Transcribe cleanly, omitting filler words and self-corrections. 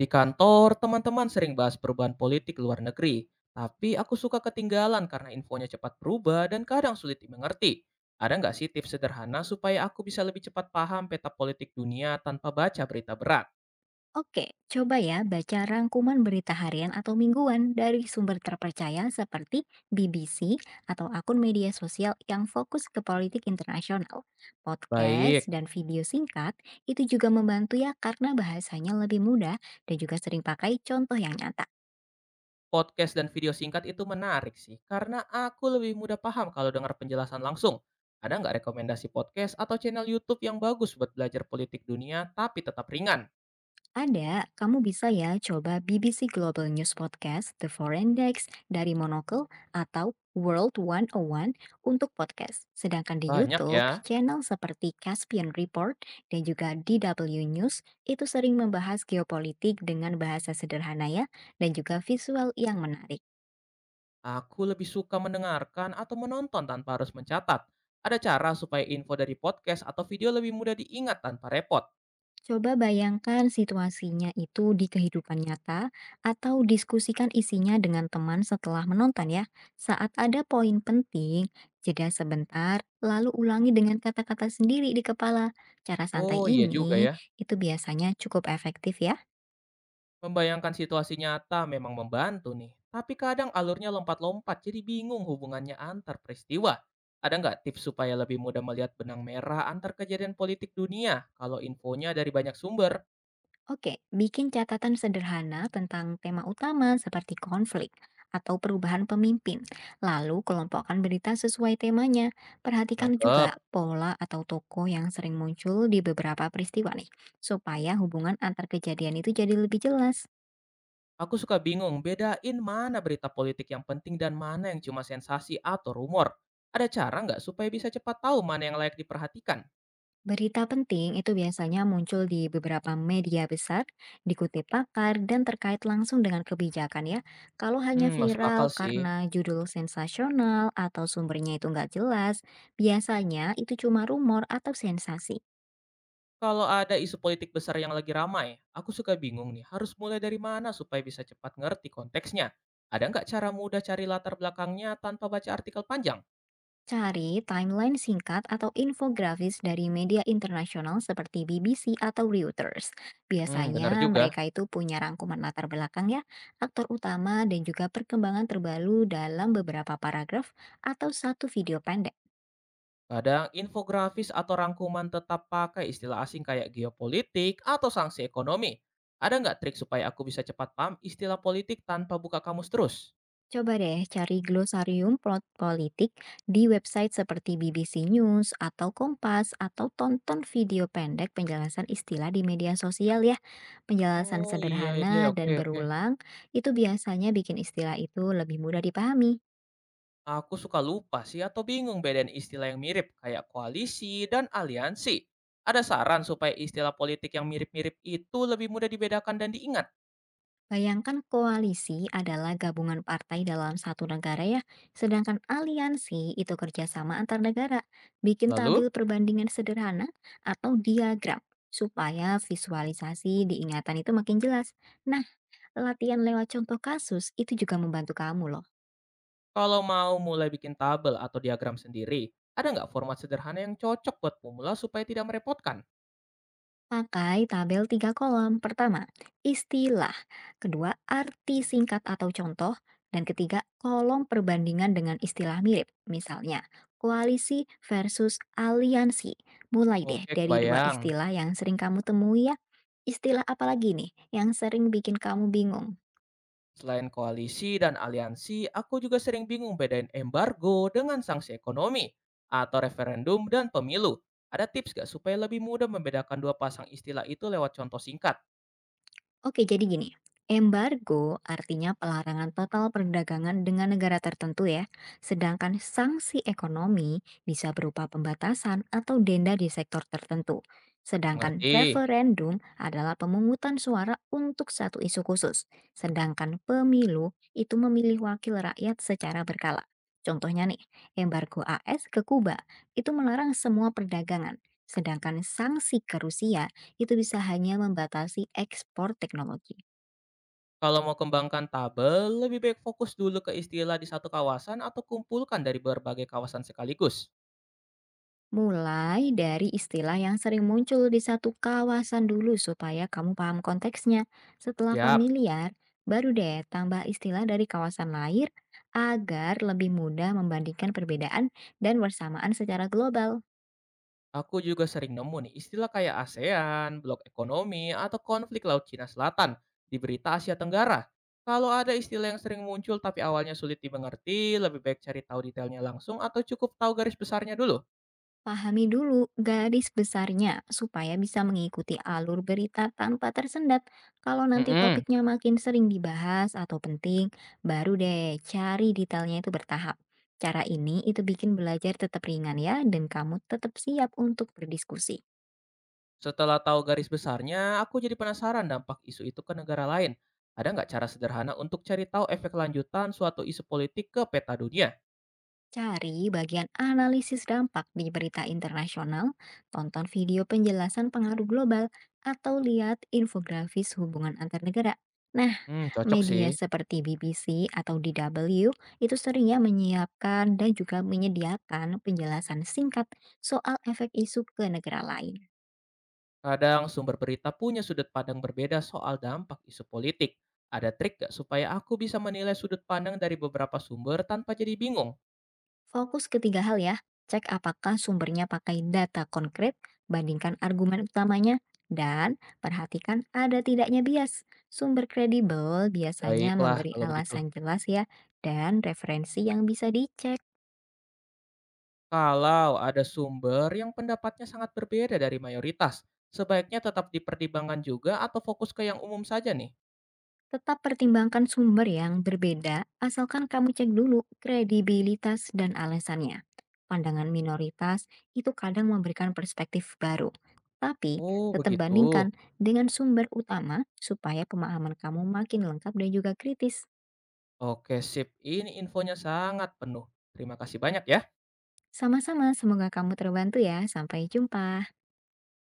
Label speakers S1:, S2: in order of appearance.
S1: Di kantor, teman-teman sering bahas perubahan politik luar negeri, tapi aku suka ketinggalan karena infonya cepat berubah dan kadang sulit dimengerti. Ada nggak sih tips sederhana supaya aku bisa lebih cepat paham peta politik dunia tanpa baca berita berat?
S2: Oke, coba ya baca rangkuman berita harian atau mingguan dari sumber terpercaya seperti BBC atau akun media sosial yang fokus ke politik internasional. Podcast
S1: Baik,
S2: dan video singkat itu juga membantu ya karena bahasanya lebih mudah dan juga sering pakai contoh yang nyata.
S1: podcast dan video singkat itu menarik sih, karena aku lebih mudah paham kalau dengar penjelasan langsung. Ada nggak rekomendasi podcast atau channel YouTube yang bagus buat belajar politik dunia tapi tetap ringan?
S2: Ada, kamu bisa ya coba BBC Global News Podcast, The Foreign Desk dari Monocle atau World 101 untuk podcast. Sedangkan di
S1: Banyak
S2: YouTube,
S1: ya.
S2: channel seperti Caspian Report dan juga DW News itu sering membahas geopolitik dengan bahasa sederhana ya dan juga visual yang menarik.
S1: Aku lebih suka mendengarkan atau menonton tanpa harus mencatat. Ada cara supaya info dari podcast atau video lebih mudah diingat tanpa repot.
S2: Coba bayangkan situasinya itu di kehidupan nyata atau diskusikan isinya dengan teman setelah menonton ya. Saat ada poin penting, jeda sebentar, lalu ulangi dengan kata-kata sendiri di kepala. Cara
S1: Oh
S2: santai
S1: iya juga
S2: ini
S1: ya.
S2: itu biasanya cukup efektif ya.
S1: Membayangkan situasi nyata memang membantu nih. Tapi kadang alurnya lompat-lompat jadi bingung hubungannya antar peristiwa. Ada nggak tips supaya lebih mudah melihat benang merah antar kejadian politik dunia kalau infonya dari banyak sumber?
S2: Oke, bikin catatan sederhana tentang tema utama seperti konflik atau perubahan pemimpin. Lalu kelompokkan berita sesuai temanya. Perhatikan
S1: Nangkep.
S2: juga pola atau tokoh yang sering muncul di beberapa peristiwa nih, supaya hubungan antar kejadian itu jadi lebih jelas.
S1: Aku suka bingung bedain mana berita politik yang penting dan mana yang cuma sensasi atau rumor. Ada cara nggak supaya bisa cepat tahu mana yang layak diperhatikan?
S2: Berita penting itu biasanya muncul di beberapa media besar, dikutip pakar, dan terkait langsung dengan kebijakan ya. Kalau hanya
S1: Hmm, masuk akal
S2: viral
S1: sih.
S2: karena judul sensasional atau sumbernya itu nggak jelas, biasanya itu cuma rumor atau sensasi.
S1: Kalau ada isu politik besar yang lagi ramai, aku suka bingung nih harus mulai dari mana supaya bisa cepat ngerti konteksnya. Ada nggak cara mudah cari latar belakangnya tanpa baca artikel panjang?
S2: Cari timeline singkat atau infografis dari media internasional seperti BBC atau Reuters.
S1: Hmm, benar
S2: Biasanya
S1: juga.
S2: mereka itu punya rangkuman latar belakang ya, aktor utama dan juga perkembangan terbaru dalam beberapa paragraf atau satu video pendek.
S1: Kadang infografis atau rangkuman tetap pakai istilah asing kayak geopolitik atau sanksi ekonomi. Ada nggak trik supaya aku bisa cepat paham istilah politik tanpa buka kamus terus?
S2: Coba deh cari glosarium plot politik di website seperti BBC News atau Kompas atau tonton video pendek penjelasan istilah di media sosial ya. Penjelasan
S1: Oh iya ya
S2: sederhana
S1: deh,
S2: dan
S1: oke oke.
S2: berulang itu biasanya bikin istilah itu lebih mudah dipahami.
S1: Aku suka lupa sih atau bingung bedain istilah yang mirip kayak koalisi dan aliansi. Ada saran supaya istilah politik yang mirip-mirip itu lebih mudah dibedakan dan diingat?
S2: Bayangkan koalisi adalah gabungan partai dalam satu negara ya, sedangkan aliansi itu kerjasama antar negara. Bikin
S1: Lalu,
S2: tabel perbandingan sederhana atau diagram supaya visualisasi diingatan itu makin jelas. Nah, latihan lewat contoh kasus itu juga membantu kamu loh.
S1: kalau mau mulai bikin tabel atau diagram sendiri, ada nggak format sederhana yang cocok buat pemula supaya tidak merepotkan?
S2: Pakai tabel tiga kolom. Pertama, istilah. Kedua, arti singkat atau contoh. Dan ketiga, kolom perbandingan dengan istilah mirip. Misalnya, koalisi versus aliansi. Mulai deh
S1: Oke,
S2: dari dua
S1: kebayang.
S2: istilah yang sering kamu temui ya. Istilah apa lagi nih yang sering bikin kamu bingung?
S1: Selain koalisi dan aliansi, aku juga sering bingung bedain embargo dengan sanksi ekonomi atau referendum dan pemilu. Ada tips gak supaya lebih mudah membedakan dua pasang istilah itu lewat contoh singkat?
S2: Oke, jadi gini. Embargo artinya pelarangan total perdagangan dengan negara tertentu ya. Sedangkan sanksi ekonomi bisa berupa pembatasan atau denda di sektor tertentu. Sedangkan
S1: Mengerti?
S2: referendum adalah pemungutan suara untuk satu isu khusus. Sedangkan pemilu itu memilih wakil rakyat secara berkala. Contohnya nih, embargo AS ke Kuba itu melarang semua perdagangan. Sedangkan sanksi ke Rusia itu bisa hanya membatasi ekspor teknologi.
S1: Kalau mau kembangkan tabel, lebih baik fokus dulu ke istilah di satu kawasan atau kumpulkan dari berbagai kawasan sekaligus.
S2: Mulai dari istilah yang sering muncul di satu kawasan dulu supaya kamu paham konteksnya. Setelah
S1: Siap.
S2: familiar, baru deh tambah istilah dari kawasan lain agar lebih mudah membandingkan perbedaan dan persamaan secara global.
S1: Aku juga sering nemu nih istilah kayak ASEAN, blok ekonomi, atau konflik Laut Cina Selatan di berita Asia Tenggara. Kalau ada istilah yang sering muncul tapi awalnya sulit dimengerti, lebih baik cari tahu detailnya langsung atau cukup tahu garis besarnya dulu.
S2: Pahami dulu garis besarnya supaya bisa mengikuti alur berita tanpa tersendat. Kalau nanti
S1: Mm-mm.
S2: topiknya makin sering dibahas atau penting, baru deh cari detailnya itu bertahap. Cara ini itu bikin belajar tetap ringan ya dan kamu tetap siap untuk berdiskusi.
S1: Setelah tahu garis besarnya, aku jadi penasaran dampak isu itu ke negara lain. Ada nggak cara sederhana untuk cari tahu efek lanjutan suatu isu politik ke peta dunia?
S2: Cari bagian analisis dampak di berita internasional, tonton video penjelasan pengaruh global, atau lihat infografis hubungan antar negara. Nah,
S1: Hmm, cocok sih.
S2: media seperti BBC atau DW itu seringnya menyiapkan dan juga menyediakan penjelasan singkat soal efek isu ke negara lain.
S1: Kadang sumber berita punya sudut pandang berbeda soal dampak isu politik. Ada trik gak supaya aku bisa menilai sudut pandang dari beberapa sumber tanpa jadi bingung?
S2: Fokus ketiga hal ya, cek apakah sumbernya pakai data konkret, bandingkan argumen utamanya, dan perhatikan ada tidaknya bias. Sumber kredibel biasanya
S1: Baiklah,
S2: memberi
S1: kalau begitu.
S2: alasan jelas ya, dan referensi yang bisa dicek.
S1: Kalau ada sumber yang pendapatnya sangat berbeda dari mayoritas, sebaiknya tetap dipertimbangkan juga atau fokus ke yang umum saja nih?
S2: Tetap pertimbangkan sumber yang berbeda, asalkan kamu cek dulu kredibilitas dan alasannya. Pandangan minoritas itu kadang memberikan perspektif baru, tapi
S1: Oh,
S2: tetap
S1: begitu.
S2: bandingkan dengan sumber utama supaya pemahaman kamu makin lengkap dan juga kritis.
S1: Oke, sip. Ini infonya sangat penuh. Terima kasih banyak ya.
S2: Sama-sama, semoga kamu terbantu ya. Sampai jumpa.